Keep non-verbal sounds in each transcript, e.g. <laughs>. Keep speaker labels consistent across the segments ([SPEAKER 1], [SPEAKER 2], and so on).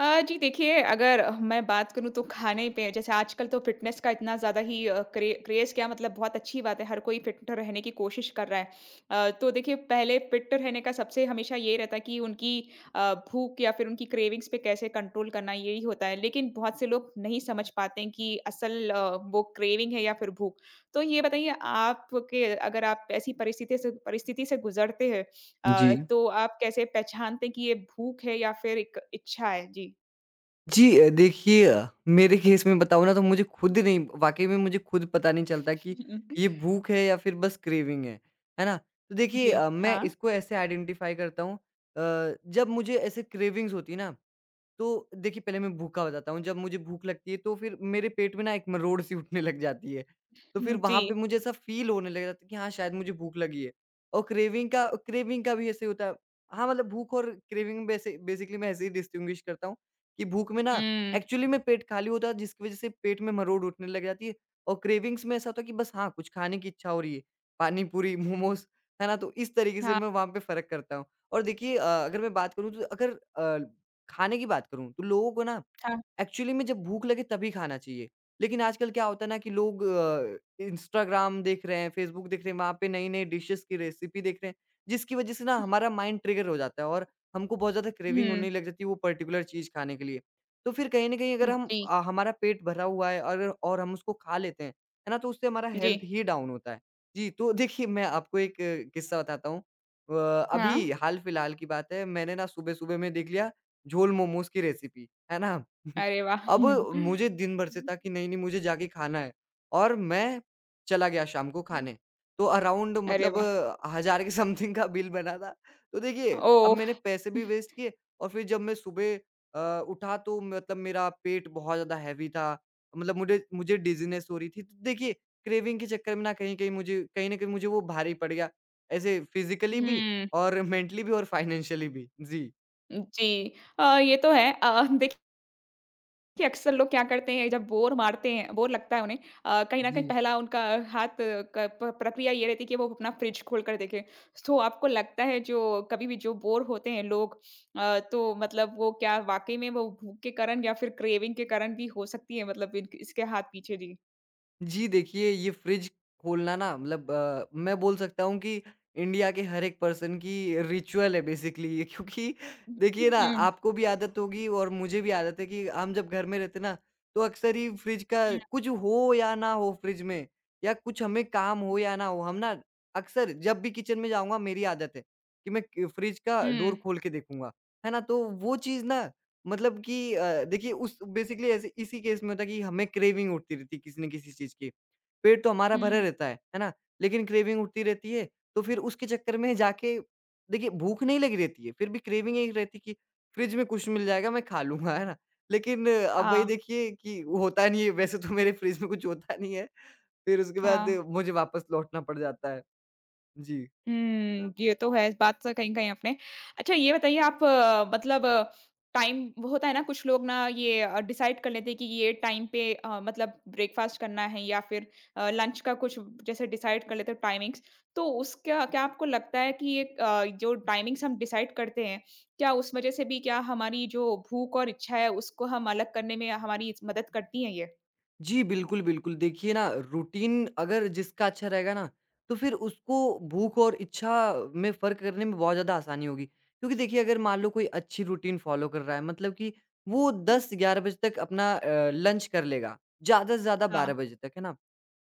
[SPEAKER 1] जी देखिए, अगर मैं बात करूँ तो खाने पे जैसे आजकल तो फ़िटनेस का इतना ज़्यादा ही क्रेज़ क्या मतलब बहुत अच्छी बात है, हर कोई फ़िट रहने की कोशिश कर रहा है। तो देखिए पहले फ़िट रहने का सबसे हमेशा ये रहता है कि उनकी भूख या फिर उनकी क्रेविंग्स पे कैसे कंट्रोल करना यही होता है। लेकिन बहुत से लोग नहीं समझ पाते हैं कि असल वो क्रेविंग है या फिर भूख। तो ये बताइए आपके अगर आप ऐसी परिस्थिति से गुज़रते हैं,
[SPEAKER 2] जी।
[SPEAKER 1] तो आप कैसे पहचानते हैं कि ये भूख है या फिर एक इच्छा है? जी।
[SPEAKER 2] जी, देखिए, मेरे केस में बताऊँ ना तो मुझे खुद
[SPEAKER 1] <laughs>
[SPEAKER 2] नहीं वाक़ई में मुझे खुद पता नहीं चलता कि
[SPEAKER 1] हुँ।
[SPEAKER 2] ये भूख है या फिर बस क्रेविंग है ना? तो देखिए
[SPEAKER 1] जी,
[SPEAKER 2] अ, मैं
[SPEAKER 1] हाँ।
[SPEAKER 2] इसको ऐसे आइडेंटिफ़ाई करता हूँ, जब मुझे ऐसे क्रेविंग्स होती है ना। तो देखिए, पहले मैं भूखा हो जाता हूँ, जब मुझे भूख लगती है तो फिर मेरे पेट में ना एक मरोड़-सी <laughs> उठने लग जाती है। तो फिर
[SPEAKER 1] हुँ, जी।
[SPEAKER 2] वहाँ पे मुझे ऐसा फ़ील होने लग जाता है कि हाँ, शायद मुझे भूख लगी है। और क्रेविंग का भी ऐसे ही होता है। हाँ, मतलब भूख और क्रेविंग वैसे बेसिकली मैं ऐसे ही डिस्टिंग्विश करता हूँ कि भूख में ना
[SPEAKER 1] हुँ,
[SPEAKER 2] एक्चुअली में पेट खाली होता है जिसकी वज़ह से पेट में मरोड़ उठने लग जाती है और क्रेविंग्स में ऐसा होता है कि बस हाँ, कुछ खाने की इच्छा हो रही है, पानी-पूरी, मोमोज़, है ना? तो इस तरीके से
[SPEAKER 1] हाँ।
[SPEAKER 2] मैं वहाँ पे फ़र्क करता हूँ। और देखिए, अगर मैं बात करूँ तो अगर अ खाने की बात करूँ, तो लोगों को ना
[SPEAKER 1] था।
[SPEAKER 2] एक्चुअली में जब भूख लगे तभी खाना चाहिए। लेकिन आजकल क्या होता है ना कि लोग, इंस्टाग्राम देख रहे हैं, फेसबुक देख रहे हैं, वहाँ पे नई-नई डिशेज़ की रेसिपी देख रहे हैं, जिसकी वज़ह से ना हमारा माइंड ट्रिगर हो जाता है और हमको बहुत ज़्यादा क्रेविंग
[SPEAKER 1] हुँ,
[SPEAKER 2] होने लग जाती है वो पर्टिकुलर चीज़ खाने के लिए। तो फिर कहीं न कहीं अगर हम
[SPEAKER 1] जी,
[SPEAKER 2] अ, हमारा पेट भरा हुआ है अगर और हम उसको खा लेते हैं, है ना? तो उससे हमारा
[SPEAKER 1] जी,
[SPEAKER 2] हेल्थ ही डाउन होता है। जी, तो देखिए मैं आपको एक किस्सा बताता हूँ। अ,
[SPEAKER 1] हाँ।
[SPEAKER 2] अभी हाल-फिलहाल की बात है मैंने ना सुबह-सुबह में देख लिया झोल मोमोज़ की रेसिपी, है ना? <laughs>
[SPEAKER 1] अरे वाह!
[SPEAKER 2] अब मुझे
[SPEAKER 1] <laughs>
[SPEAKER 2] दिन भर से था कि नहीं, नहीं मुझे जाके खाना है और मैं चला गया शाम को खाने। तो अराउंड
[SPEAKER 1] अरे
[SPEAKER 2] मतलब
[SPEAKER 1] वाह!
[SPEAKER 2] 1000 के समथिंग का बिल बना था। तो देखिए, अब
[SPEAKER 1] ओह!
[SPEAKER 2] मैंने पैसे भी
[SPEAKER 1] <laughs>
[SPEAKER 2] वेस्ट किए और फिर जब मैं सुबह, उठा तो मतलब मेरा पेट बहुत ज़्यादा हेवी था। मतलब मुझे मुझे डिज़ीनेस हो रही थी। तो देखिए, क्रेविंग के चक्कर में ना कहीं न कहीं मुझे वो भारी पड़ गया। ऐसे फिज़िकली भी
[SPEAKER 1] हुँ,
[SPEAKER 2] और मेंटली भी और फाइनेंशियली भी। जी।
[SPEAKER 1] जी। ये तो है। देखिए कि अक्सर लोग क्या करते हैं जब बोर मारते हैं बोर लगता है उन्हें, कहीं न कहीं
[SPEAKER 2] जी।
[SPEAKER 1] पहला उनका हाथ, क प प्रक्रिया ये रहती है कि वो अपना फ्रिज खोल कर देखें। तो आपको लगता है जो कभी भी जो बोर होते हैं लोग, तो मतलब वो क्या वाक़ई में वो भूख के कारण या फिर क्रेविंग के कारण भी हो सकती है, मतलब इन इसके हाथ पीछे? जी।
[SPEAKER 2] जी, देखिए ये फ्रिज खोलना ना मतलब, मैं बोल सकता हूँ कि इंडिया के हर एक पर्सन की रिचुअल है बेसिकली ये। क्योंकि
[SPEAKER 1] हुँ,
[SPEAKER 2] देखिए ना,
[SPEAKER 1] हुँ,
[SPEAKER 2] आपको भी आदत होगी और मुझे भी आदत है कि हम जब घर में रहते ना तो अक्सर ही फ्रिज का
[SPEAKER 1] हुँ,
[SPEAKER 2] कुछ हो या ना हो, फ्रिज में या कुछ हमें काम हो या ना हो, हम ना अक्सर जब भी किचन में जाऊँगा मेरी आदत है कि मैं क फ्रिज का डोर
[SPEAKER 1] हुँ,
[SPEAKER 2] खोल के देखूँगा, है ना? तो वो चीज़ ना मतलब कि, देखिए उस बेसिकली ऐसे इसी केस में होता है कि हमें क्रेविंग उठती रहती है किसी न किसी चीज़ की। पेट तो हमारा भरा
[SPEAKER 1] हुँ,
[SPEAKER 2] रहता है ना? लेकिन क्रेविंग उठती रहती है, तो फिर उसके चक्कर में जाके देखिए भूख नहीं लगी रहती है, फिर भी क्रेविंग यही रहती है कि फ्रिज में कुछ मिल जाएगा मैं खा लूँगा, है ना? लेकिन, अब वही
[SPEAKER 1] हाँ,
[SPEAKER 2] देखिए कि होता नहीं है, वैसे तो मेरे फ्रिज में कुछ होता नहीं है, फिर उसके बाद
[SPEAKER 1] हाँ।
[SPEAKER 2] मुझे वापस लौटना पड़ जाता है। जी।
[SPEAKER 1] ये तो है, इस बात से कहीं-कहीं आपने। अच्छा ये बताइए आप, मतलब टाइम वो होता है ना कुछ लोग ना ये डिसाइड कर लेते हैं कि ये टाइम पे, मतलब ब्रेकफ़ास्ट करना है या फिर लंच का कुछ जैसे डिसाइड कर लेते हैं टाइमिंग्स। तो उसका क्या आपको लगता है कि ये, जो टाइमिंग्स हम डिसाइड करते हैं, क्या उस वज़ह से भी क्या हमारी जो भूख और इच्छा है उसको हम अलग करने में हमारी मदद करती हैं ये?
[SPEAKER 2] जी, बिल्कुल, बिल्कुल। देखिए ना, रूटीन अगर जिसका अच्छा रहेगा ना, तो फिर उसको भूख और इच्छा में फ़र्क करने में बहुत ज़्यादा आसानी होगी। क्योंकि देखिए, अगर मान लो कोई अच्छी रूटीन फ़ॉलो कर रहा है, मतलब कि वो
[SPEAKER 1] हुँ।
[SPEAKER 2] 10-11 बजे तक अपना लंच कर लेगा, ज़्यादा से ज़्यादा 12
[SPEAKER 1] हाँ।
[SPEAKER 2] बजे तक, है ना?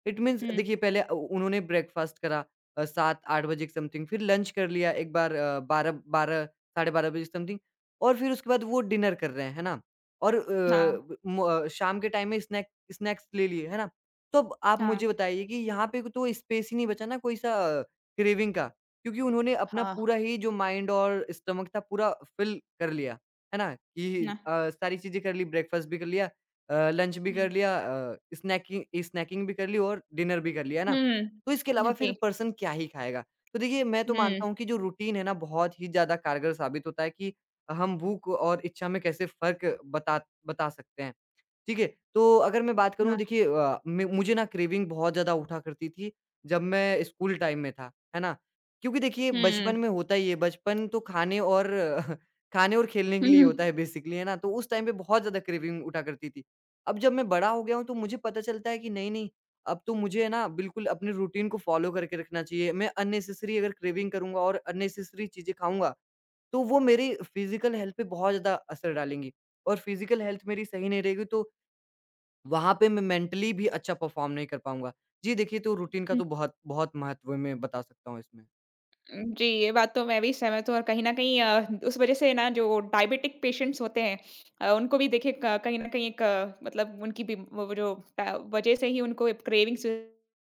[SPEAKER 2] इट मीन्स
[SPEAKER 1] हुँ,
[SPEAKER 2] देखिए, पहले, उन्होंने ब्रेकफ़ास्ट करा, 7-8 बजे के समथिंग, फिर लंच कर लिया एक बार, 12-12 साढ़े 12 बजे समथिंग और फिर उसके बाद वो डिनर कर रहे हैं, है ना? और
[SPEAKER 1] हाँ,
[SPEAKER 2] अ, म शाम के टाइम में स्नैक्स स्नैक्स ले लिए, है ना? तो अब आप
[SPEAKER 1] हाँ।
[SPEAKER 2] मुझे बताइए कि यहाँ पे तो स्पेस ही नहीं बचा ना कोई सा क्रेविंग का, क्योंकि उन्होंने अपना
[SPEAKER 1] हाँ।
[SPEAKER 2] पूरा ही जो माइंड और स्टमक था पूरा फिल कर लिया, है ना? कि
[SPEAKER 1] ना।
[SPEAKER 2] अ, सारी चीज़ें कर ली, ब्रेकफास्ट भी कर लिया, लंच भी कर
[SPEAKER 1] हुँ।
[SPEAKER 2] लिया, स्नैकिंग स्नैकिंग भी कर ली और डिनर भी कर लिया, है ना?
[SPEAKER 1] हुँ,
[SPEAKER 2] तो इसके
[SPEAKER 1] हाँ
[SPEAKER 2] अलावा फिर
[SPEAKER 1] जी।
[SPEAKER 2] पर्सन क्या ही खाएगा? तो देखिए मैं तो
[SPEAKER 1] हुँ,
[SPEAKER 2] मानता हूँ कि जो रूटीन है ना बहुत ही ज़्यादा कारगर साबित होता है कि हम भूख और इच्छा में कैसे फ़र्क बता बता सकते हैं। ठीक है? तो अगर मैं बात करूँ
[SPEAKER 1] हाँ।
[SPEAKER 2] देखिए, मैं मुझे ना क्रेविंग बहुत ज़्यादा उठा करती थी जब मैं स्कूल टाइम में था, है ना? क्योंकि देखिए बचपन
[SPEAKER 1] हुँ,
[SPEAKER 2] में होता ही है, बचपन तो खाने और <laughs> खाने और खेलने के लिए ही
[SPEAKER 1] हुँ,
[SPEAKER 2] होता है बेसिकली, है ना? तो उस टाइम पे बहुत ज़्यादा क्रेविंग उठा करती थी। अब जब मैं बड़ा हो गया हूँ तो मुझे पता चलता है कि नहीं-नहीं अब तो मुझे है ना बिल्कुल अपने रूटीन को फ़ॉलो करके रखना चाहिए। मैं अननेसेसरी अगर क्रेविंग करूँगा और अननेसेसरी चीज़ें खाऊँगा, तो वो मेरी फिज़िकल हेल्थ पे बहुत ज़्यादा असर डालेंगी और फिज़िकल हेल्थ मेरी सही नहीं रहेगी तो वहाँ पे मैं मेंटली भी अच्छा परफ़ॉर्म नहीं कर पाऊँगा। जी, देखिए तो रूटीन का
[SPEAKER 1] हुँ,
[SPEAKER 2] तो बहुत बहुत महत्व मैं बता सकता हूँ इसमें।
[SPEAKER 1] जी। ये बात तो मैं भी सहमत हूँ और कहीं न कहीं उस वज़ह से ना जो डायबिटिक पेशेंट्स होते हैं, उनको भी देखिए क कहीं न कहीं एक, मतलब उनकी भी वो जो ट वज़ह से ही उनको क्रेविंग्स ज़्यादा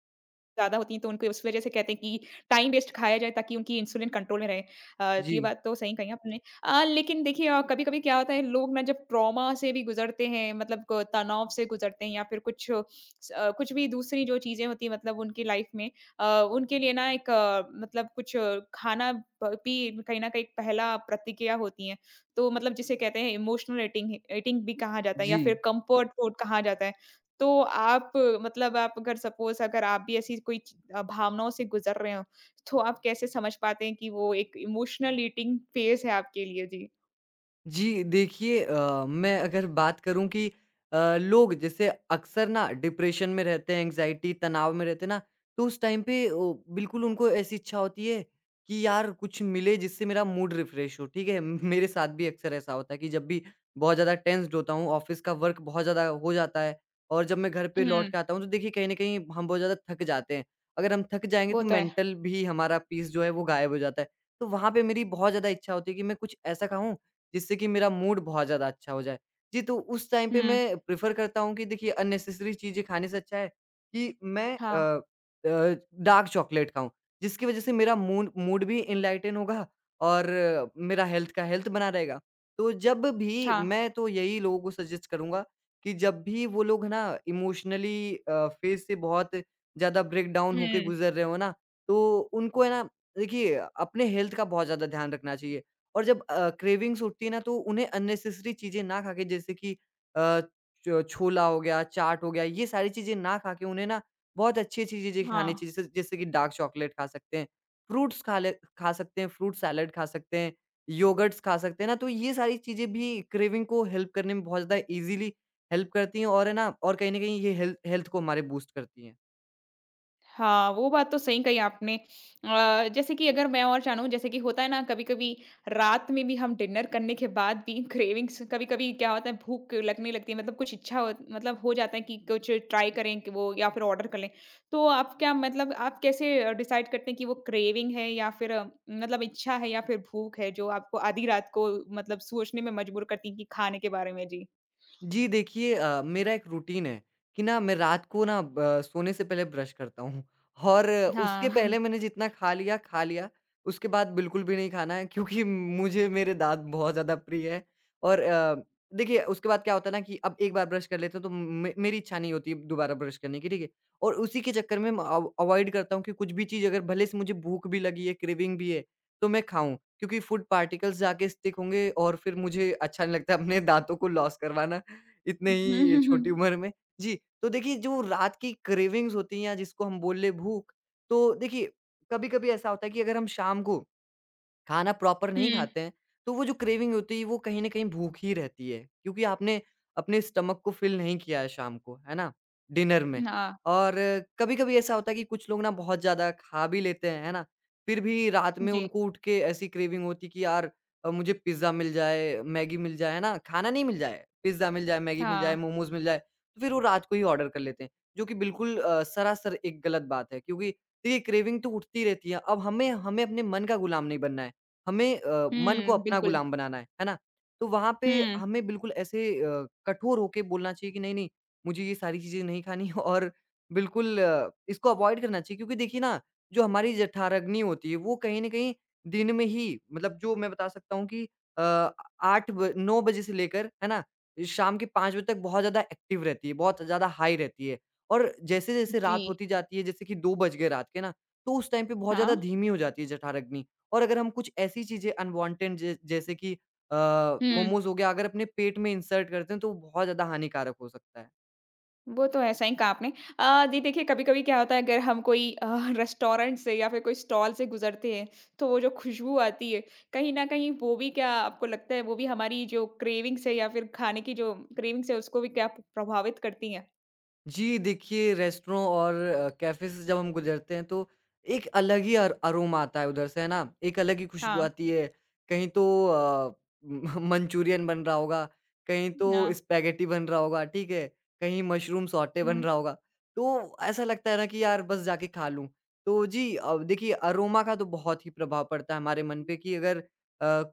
[SPEAKER 1] होती हैं तो उनको उस वज़ह से कहते हैं कि टाइम वेस्ट खाया जाए ताकि उनकी इंसुलिन कंट्रोल में रहे। अ, ये
[SPEAKER 2] जी,
[SPEAKER 1] बात तो सही कही आपने। लेकिन देखिए, कभी-कभी क्या होता है लोग ना जब ट्रॉमा से भी गुज़रते हैं, मतलब क तनाव से गुज़रते हैं या फिर कुछ भी दूसरी जो चीज़ें होती हैं मतलब उनकी लाइफ़ में, उनके लिए ना एक, मतलब कुछ खाना प भी कहीं न कहीं पहला प्रतिक्रिया होती है। तो मतलब जिसे कहते हैं इमोशनल ईटिंग ईटिंग भी कहा जाता है या
[SPEAKER 2] जी।
[SPEAKER 1] फिर कम्फर्ट फूड कहा जाता है। तो आप, मतलब आप अगर सपोज़ अगर आप भी ऐसी कोई भावनाओं से गुज़र रहे हो, तो आप कैसे समझ पाते हैं कि वो एक इमोशनल ईटिंग फ़ेज़ है आपके लिए? जी।
[SPEAKER 2] जी, देखिए, मैं अगर बात करूँ कि, लोग जैसे अक्सर ना डिप्रेशन में रहते हैं, एंग्ज़ायटी, तनाव में रहते हैं ना, तो उस टाइम पे ओ बिल्कुल उनको ऐसी इच्छा होती है कि यार कुछ मिले जिससे मेरा मूड रिफ़्रेश हो, ठीक है? मेरे साथ भी अक्सर ऐसा होता है कि जब भी बहुत ज़्यादा टेंस्ड होता हूँ, ऑफ़िस का वर्क बहुत ज़्यादा हो जाता है और जब मैं घर पे लौट
[SPEAKER 1] हुँ,
[SPEAKER 2] के आता हूँ, तो देखिए कहीं न कहीं हम बहुत ज़्यादा थक जाते हैं। अगर हम थक जाएँगे
[SPEAKER 1] वो
[SPEAKER 2] तो
[SPEAKER 1] तो है।
[SPEAKER 2] मेंटल भी हमारा पीस जो है वो गायब हो जाता है। तो वहाँ पे मेरी बहुत ज़्यादा इच्छा होती है कि मैं कुछ ऐसा खाऊँ जिससे कि मेरा मूड बहुत ज़्यादा अच्छा हो जाए। जी, तो उस टाइम पे
[SPEAKER 1] हुँ,
[SPEAKER 2] मैं प्रेफ़र करता हूँ कि देखिए अननेसेसरी चीज़ें खाने से अच्छा है कि मैं
[SPEAKER 1] हाँ,
[SPEAKER 2] अ अ, डार्क चॉकलेट खाऊँ, जिसकी वज़ह से मेरा मूड मूड भी एनलाइटन होगा और मेरा हेल्थ का हेल्थ बना रहेगा। तो जब भी
[SPEAKER 1] हाँ।
[SPEAKER 2] मैं तो यही लोगों को सजेस्ट करूँगा कि जब भी वो लोग है ना इमोशनली, फ़ेज़ से बहुत ज़्यादा ब्रेकडाउन होके
[SPEAKER 1] हुँ,
[SPEAKER 2] गुज़र रहे हो ना, तो उनको है ना देखिए अपने हेल्थ का बहुत ज़्यादा ध्यान रखना चाहिए। और जब, क्रेविंग्स उठती है ना तो उन्हें अननेसेसरी चीज़ें ना खा के जैसे कि अ, छ छोला हो गया, चाट हो गया, ये सारी चीज़ें ना खा के उन्हें ना बहुत अच्छी-अच्छी चीज़ें खानी
[SPEAKER 1] हाँ।
[SPEAKER 2] चाहिए। जैसे जैसे कि डार्क चॉकलेट खा सकते हैं, फ्रूट्स खा सकते हैं, फ्रूट सैलेड खा सकते हैं, योगर्ट्स खा सकते हैं ना, तो ये सारी चीज़ें भी क्रेविंग को हेल्प करने में बहुत ज़्यादा ईज़िली हेल्प करती हैं और है ना और कहीं न कहीं ये हेल्थ हेल्थ को हमारे बूस्ट करती हैं।
[SPEAKER 1] हाँ, वो बात तो सही कही आपने। जैसे कि अगर मैं और जानूँ जैसे कि होता है ना कभी-कभी रात में भी हम डिनर करने के बाद भी क्रेविंग्स कभी-कभी क्या होता है भूख लगने लगती है, मतलब कुछ इच्छा हो मतलब हो जाता है कि कुछ ट्राई करें कि वो या फिर ऑर्डर कर लें। तो आप क्या, मतलब आप कैसे डिसाइड करते हैं कि वो क्रेविंग है या फिर, मतलब इच्छा है या फिर भूख है जो आपको आधी रात को मतलब सोचने में मजबूर करती है कि खाने के बारे में? जी।
[SPEAKER 2] जी देखिए, मेरा एक रूटीन है कि ना मैं रात को ना ब सोने से पहले ब्रश करता हूँ और उसके
[SPEAKER 1] हाँ।
[SPEAKER 2] पहले मैंने जितना खा लिया, खा लिया। उसके बाद बिल्कुल भी नहीं खाना है क्योंकि मुझे मेरे दाँत बहुत ज़्यादा प्रिय है और, देखिए उसके बाद क्या होता है ना कि अब एक बार ब्रश कर लेते हैं तो मे मेरी इच्छा नहीं होती दोबारा ब्रश करने की, ठीक है? और उसी के चक्कर में मैं अव अवॉइड करता हूँ कि कुछ भी चीज़ अगर भले से मुझे भूख भी लगी है, क्रेविंग भी है, तो मैं खाऊँ क्योंकि फूड पार्टिकल्स जाके स्टिक होंगे और फिर मुझे अच्छा नहीं लगता अपने दाँतों को लॉस करवाना। इतने
[SPEAKER 1] <laughs> हुँ,
[SPEAKER 2] ही
[SPEAKER 1] हुँ, हुँ।
[SPEAKER 2] छोटी उम्र में। जी, तो देखिए जो रात की क्रेविंग्स होती हैं या जिसको हम बोल ले भूख, तो देखिए कभी-कभी ऐसा होता है कि अगर हम शाम को खाना प्रॉपर नहीं
[SPEAKER 1] हुँ,
[SPEAKER 2] खाते हैं, तो वो जो क्रेविंग होती है वो कहीं न कहीं भूख ही रहती है, क्योंकि आपने अपने स्टमक को फ़िल नहीं किया है शाम को, है ना? डिनर में।
[SPEAKER 1] हाँ।
[SPEAKER 2] और कभी-कभी ऐसा होता है कि कुछ लोग ना बहुत ज़्यादा खा भी लेते हैं, है ना? फिर भी रात में
[SPEAKER 1] जी,
[SPEAKER 2] उनको उठ के ऐसी क्रेविंग होती है कि यार, मुझे पिज़्ज़ा मिल जाए, मैगी मिल जाए, है ना? खाना नहीं मिल जाए, पिज़्ज़ा मिल जाए, मैगी मिल जाए,
[SPEAKER 1] हाँ।
[SPEAKER 2] मोमोज़ मिल जाए, तो फिर वो रात को ही ऑर्डर कर लेते हैं, जो कि बिल्कुल, सरासर एक गलत बात है क्योंकि देखिए क्रेविंग तो उठती रहती है। अब हमें हमें अपने मन का गुलाम नहीं बनना है। हमें, मन को
[SPEAKER 1] हुँ,
[SPEAKER 2] अपना
[SPEAKER 1] बिल्कुल।
[SPEAKER 2] गुलाम बनाना है ना? तो वहाँ पे
[SPEAKER 1] हुँ,
[SPEAKER 2] हमें बिल्कुल ऐसे कठोर होके बोलना चाहिए कि नहीं, नहीं, मुझे ये सारी चीज़ें नहीं खानी <laughs> और बिल्कुल इसको अवॉइड करना चाहिए क्योंकि देखिए ना, जो हमारी जठराग्नि होती है, वो कहीं न कहीं दिन में ही मतलब जो मैं बता सकता हूँ कि अ, 8 ब 9 बजे से लेकर, है ना? शाम के 5 बजे तक बहुत ज़्यादा एक्टिव रहती है, बहुत ज़्यादा हाई रहती है। और जैसे-जैसे रात
[SPEAKER 1] जी,
[SPEAKER 2] होती जाती है, जैसे कि 2 बज गए रात के ना, तो उस टाइम पे बहुत
[SPEAKER 1] हाँ।
[SPEAKER 2] ज़्यादा धीमी हो जाती है जठराग्नि। और अगर हम कुछ ऐसी चीज़ें अनवांटेड ज जैसे कि अ,
[SPEAKER 1] हुँ,
[SPEAKER 2] मोमोज़ हो गया अगर अपने पेट में इंसर्ट करते हैं तो वो बहुत ज़्यादा हानिकारक हो सकता है।
[SPEAKER 1] वो तो है, सही कहा आपने। जी देखिए, कभी-कभी क्या होता है, अगर हम कोई, रेस्टोरेंट से या फिर कोई स्टॉल से गुज़रते हैं, तो वो जो खुशबू आती है, कहीं न कहीं वो भी क्या आपको लगता है, वो भी हमारी जो क्रेविंग्स है या फिर खाने की जो क्रेविंग्स है, उसको भी क्या प्रभावित करती हैं?
[SPEAKER 2] जी, देखिए रेस्टोरों और कैफ़े से जब हम गुज़रते हैं तो एक अलग ही अर अरोमा आता है उधर से, है ना? एक अलग ही खुशबू
[SPEAKER 1] हाँ,
[SPEAKER 2] आती है। कहीं तो <laughs> मंचूरियन बन रहा होगा, कहीं
[SPEAKER 1] ना।
[SPEAKER 2] तो स्पैघेटी बन रहा होगा, ठीक है? कहीं मशरूम सौटे
[SPEAKER 1] हुँ।
[SPEAKER 2] बन रहा होगा। तो ऐसा लगता है ना कि यार बस जाके खा लूँ। तो जी देखिए अरोमा का तो बहुत ही प्रभाव पड़ता है हमारे मन पे कि अगर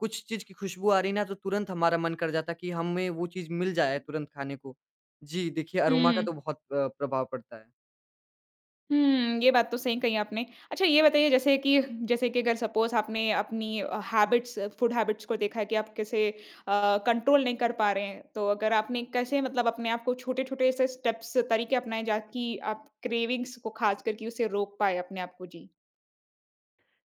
[SPEAKER 2] कुछ चीज़ की खुशबू आ रही है ना तो तुरंत हमारा मन कर जाता है कि हमें वो चीज़ मिल जाए तुरंत खाने को। जी, देखिए अरोमा का
[SPEAKER 1] हुँ।
[SPEAKER 2] तो बहुत प्रभाव पड़ता है।
[SPEAKER 1] हुँ, ये बात तो सही कही आपने। अच्छा ये बताइए जैसे कि अगर सपोज़ आपने अपनी, हैबिट्स फूड हैबिट्स को देखा है कि आप कैसे कंट्रोल नहीं कर पा रहे हैं। तो अगर आपने कैसे मतलब अपने आप को छोटे-छोटे से स्टेप्स तरीके अपनाए जाकि आप क्रेविंग्स को खास करके उसे रोक पाएँ अपने आप को? जी।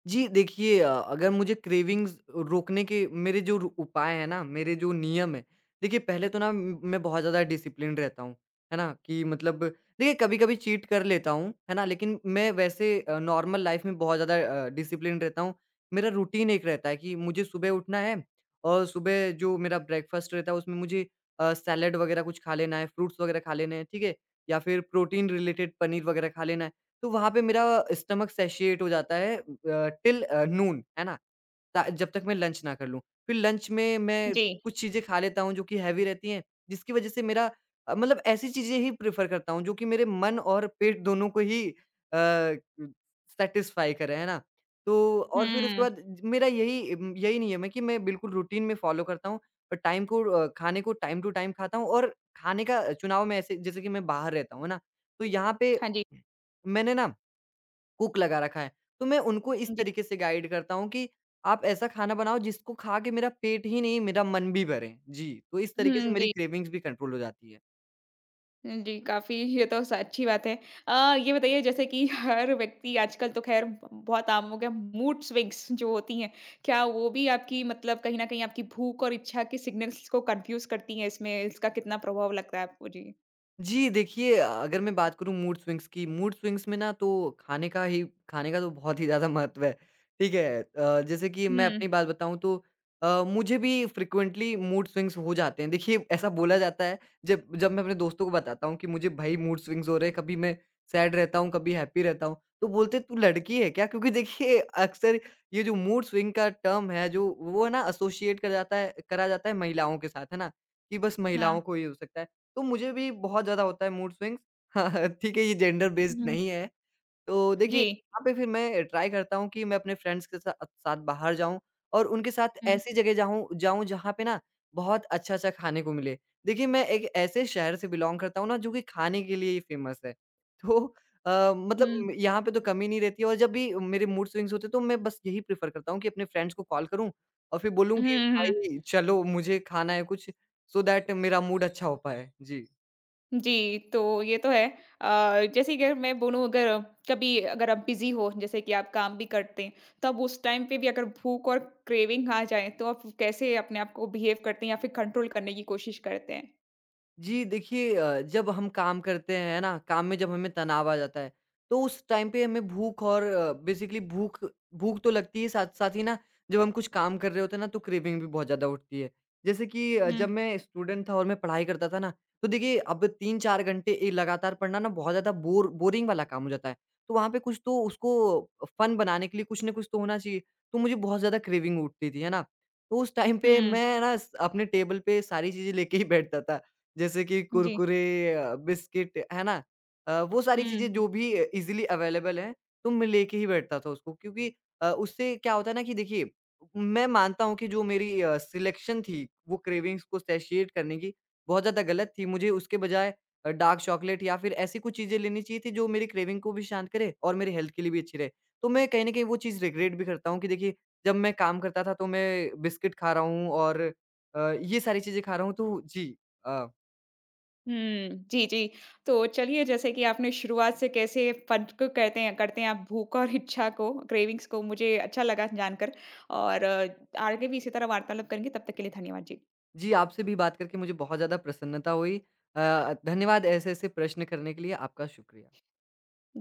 [SPEAKER 2] जी, देखिए अगर मुझे क्रेविंग्स रोकने के मेरे जो रु उपाय हैं ना, मेरे जो नियम हैं, देखिए पहले तो ना म मैं बहुत ज़्यादा डिसिप्लिन्ड रहता हूँ, है ना? कि मतलब देखिए कभी-कभी चीट कर लेता हूँ, है ना? लेकिन मैं वैसे नॉर्मल लाइफ़ में बहुत ज़्यादा डिसिप्लिन्ड रहता हूँ। मेरा रूटीन एक रहता है कि मुझे सुबह उठना है और सुबह जो मेरा ब्रेकफ़ास्ट रहता है उसमें मुझे सैलेड वग़ैरह कुछ खा लेना है, फ्रूट्स वग़ैरह खा लेने हैं, ठीक है? या फिर प्रोटीन रिलेटेड पनीर वग़ैरह खा लेना है। तो वहाँ पे मेरा स्टमक सैटिएट हो जाता है टिल नून, है ना? ता जब तक मैं लंच ना कर लूँ। फिर लंच में मैं
[SPEAKER 1] जी।
[SPEAKER 2] कुछ चीज़ें खा लेता हूँ जो कि हेवी रहती हैं, जिसकी वज़ह से मेरा मतलब ऐसी चीज़ें ही प्रेफ़र करता हूँ जो कि मेरे मन और पेट दोनों को ही सैटिस्फ़ाई करे, है ना? तो और फिर उसके
[SPEAKER 1] हुँ।
[SPEAKER 2] बाद मेरा यही यही नियम है कि मैं बिल्कुल रूटीन में फ़ॉलो करता हूँ और टाइम को खाने को टाइम टू टाइम खाता हूँ और खाने का चुनाव मैं ऐसे जैसे कि मैं बाहर रहता हूँ, है ना? तो यहाँ पे
[SPEAKER 1] हाँ जी।
[SPEAKER 2] मैंने ना कुक लगा रखा है। तो मैं उनको इस
[SPEAKER 1] जी।
[SPEAKER 2] तरीके से गाइड करता हूँ कि आप ऐसा खाना बनाओ जिसको खा के मेरा पेट ही नहीं मेरा मन भी भरे। जी, तो इस तरीके से
[SPEAKER 1] हुँ,
[SPEAKER 2] मेरी
[SPEAKER 1] जी।
[SPEAKER 2] क्रेविंग्स भी कंट्रोल हो जाती है।
[SPEAKER 1] जी, काफ़ी ये तो स अच्छी बात है। ये बताइए जैसे कि हर व्यक्ति आजकल तो ख़ैर ब बहुत आम हो गया मूड स्विंग्स जो होती हैं, क्या वो भी आपकी मतलब कहीं न कहीं आपकी भूख और इच्छा के सिग्नल्स को कन्फ्यूज़ करती हैं इसमें, इसका कितना प्रभाव लगता है आपको? जी।
[SPEAKER 2] जी, देखिए अगर मैं बात करूँ मूड स्विंग्स की, मूड स्विंग्स में ना तो खाने का ही खाने का तो बहुत ही ज़्यादा महत्व है, ठीक है? जैसे कि मैं
[SPEAKER 1] हुँ।
[SPEAKER 2] अपनी बात बताऊँ तो मुझे भी फ्रीक्वेंटली मूड स्विंग्स हो जाते हैं। देखिए ऐसा बोला जाता है जब जब मैं अपने दोस्तों को बताता हूँ कि मुझे भई मूड स्विंग्स हो रहे हैं, कभी मैं सैड रहता हूँ, कभी हैप्पी रहता हूँ, तो बोलते हैं तू लड़की है क्या? क्योंकि देखिए अक्सर ये जो मूड स्विंग का टर्म है जो वो है ना एसोसिएट कर जाता है करा जाता है महिलाओं के साथ, है ना? कि बस महिलाओं
[SPEAKER 1] हाँ।
[SPEAKER 2] को ही हो सकता है। तो मुझे भी बहुत ज़्यादा होता है मूड स्विंग्स। हाँ, हाँ, ठीक है ये जेंडर बेस्ड
[SPEAKER 1] हुँ।
[SPEAKER 2] नहीं है। तो देखिए
[SPEAKER 1] जी।
[SPEAKER 2] यहाँ पे फिर मैं ट्राई करता हूँ कि मैं अपने फ्रेंड्स के सा साथ बाहर जाऊँ और उनके साथ हुँ।
[SPEAKER 1] हुँ।
[SPEAKER 2] ऐसी जगह जाऊँ जाऊँ जहाँ पे ना बहुत अच्छा-अच्छा खाने को मिले। देखिए मैं एक ऐसे शहर से बिलॉन्ग करता हूँ ना जो कि खाने के लिए ही फ़ेमस है। तो मतलब
[SPEAKER 1] हुँ।
[SPEAKER 2] यहाँ पे तो कमी नहीं रहती है और जब भी मेरे मूड स्विंग्स होते हैं तो मैं बस यही प्रेफ़र करता हूँ कि अपने फ्रेंड्स को कॉल करूँ और फिर बोलूँ कि
[SPEAKER 1] हुँ, हुँ।
[SPEAKER 2] भाई चलो मुझे खाना है कुछ सो दैट मेरा मूड अच्छा हो पाए। जी।
[SPEAKER 1] जी, तो ये तो है। जैसे कि अगर मैं बोलूँ, अगर कभी अगर आप बिज़ी हो, जैसे कि आप काम भी करते हैं, तब उस टाइम पे भी अगर भूख और क्रेविंग आ जाए, तो आप कैसे अपने आप को बिहेव करते हैं या फिर कंट्रोल करने की कोशिश करते हैं?
[SPEAKER 2] जी, देखिए जब हम काम करते हैं ना, काम में जब हमें तनाव आ जाता है, तो उस टाइम पे हमें भूख और बेसिकली भूख भूख तो लगती है, साथ-साथ ही ना जब हम कुछ काम कर रहे होते हैं ना, तो क्रेविंग भी बहुत ज़्यादा उठती है। जैसे कि जब
[SPEAKER 1] हुँ,
[SPEAKER 2] मैं स्टूडेंट था और मैं पढ़ाई करता था ना, तो देखिए अब 3-4 घंटे ए लगातार पढ़ना ना बहुत ज़्यादा बोरिंग वाला काम हो जाता है। तो वहाँ पे कुछ तो उसको फन बनाने के लिए कुछ ना कुछ तो होना चाहिए, तो मुझे बहुत ज़्यादा क्रेविंग उठती थी, है ना? तो उस टाइम पे
[SPEAKER 1] हुँ,
[SPEAKER 2] मैं ना स अपने टेबल पे सारी चीज़ें लेके ही बैठता था जैसे कि
[SPEAKER 1] जी,
[SPEAKER 2] कुरकुरे बिस्किट है ना? वो सारी
[SPEAKER 1] हुँ।
[SPEAKER 2] चीज़ें जो भी ईज़िली अवेलेबल हैं, तो मैं लेके ही बैठता था उसको क्योंकि उससे क्या होता है ना कि देखिए, मैं मानता हूँ कि जो मेरी सिलेक्शन थी, वो क्रेविंग्स को सैटिस्फाइड करने की बहुत ज़्यादा गलत थी। मुझे उसके बजाय डार्क चॉकलेट या फिर ऐसी कुछ चीज़ें लेनी चाहिए थी जो मेरी क्रेविंग को भी शांत करे और मेरी हेल्थ के लिए भी अच्छी रहे। तो मैं कहीं न कहीं वो चीज़ रिग्रेट भी करता हूँ कि देखिए, जब मैं काम करता था तो मैं बिस्किट खा रहा हूँ और ये सारी चीज़ें खा रहा हूँ तो जी। अ
[SPEAKER 1] हुँ, जी, जी। तो चलिए जैसे कि आपने शुरुआत से कैसे फ़र्क करते हैं आप भूख और इच्छा को, क्रेविंग्स को, मुझे अच्छा लगा जानकर और आगे भी इसी तरह वार्तालाप करेंगे, तब तक के लिए धन्यवाद। जी,
[SPEAKER 2] जी, आपसे भी बात करके मुझे बहुत ज़्यादा प्रसन्नता हुई। धन्यवाद ऐसे-ऐसे प्रश्न करने के लिए, आपका शुक्रिया।
[SPEAKER 1] जी।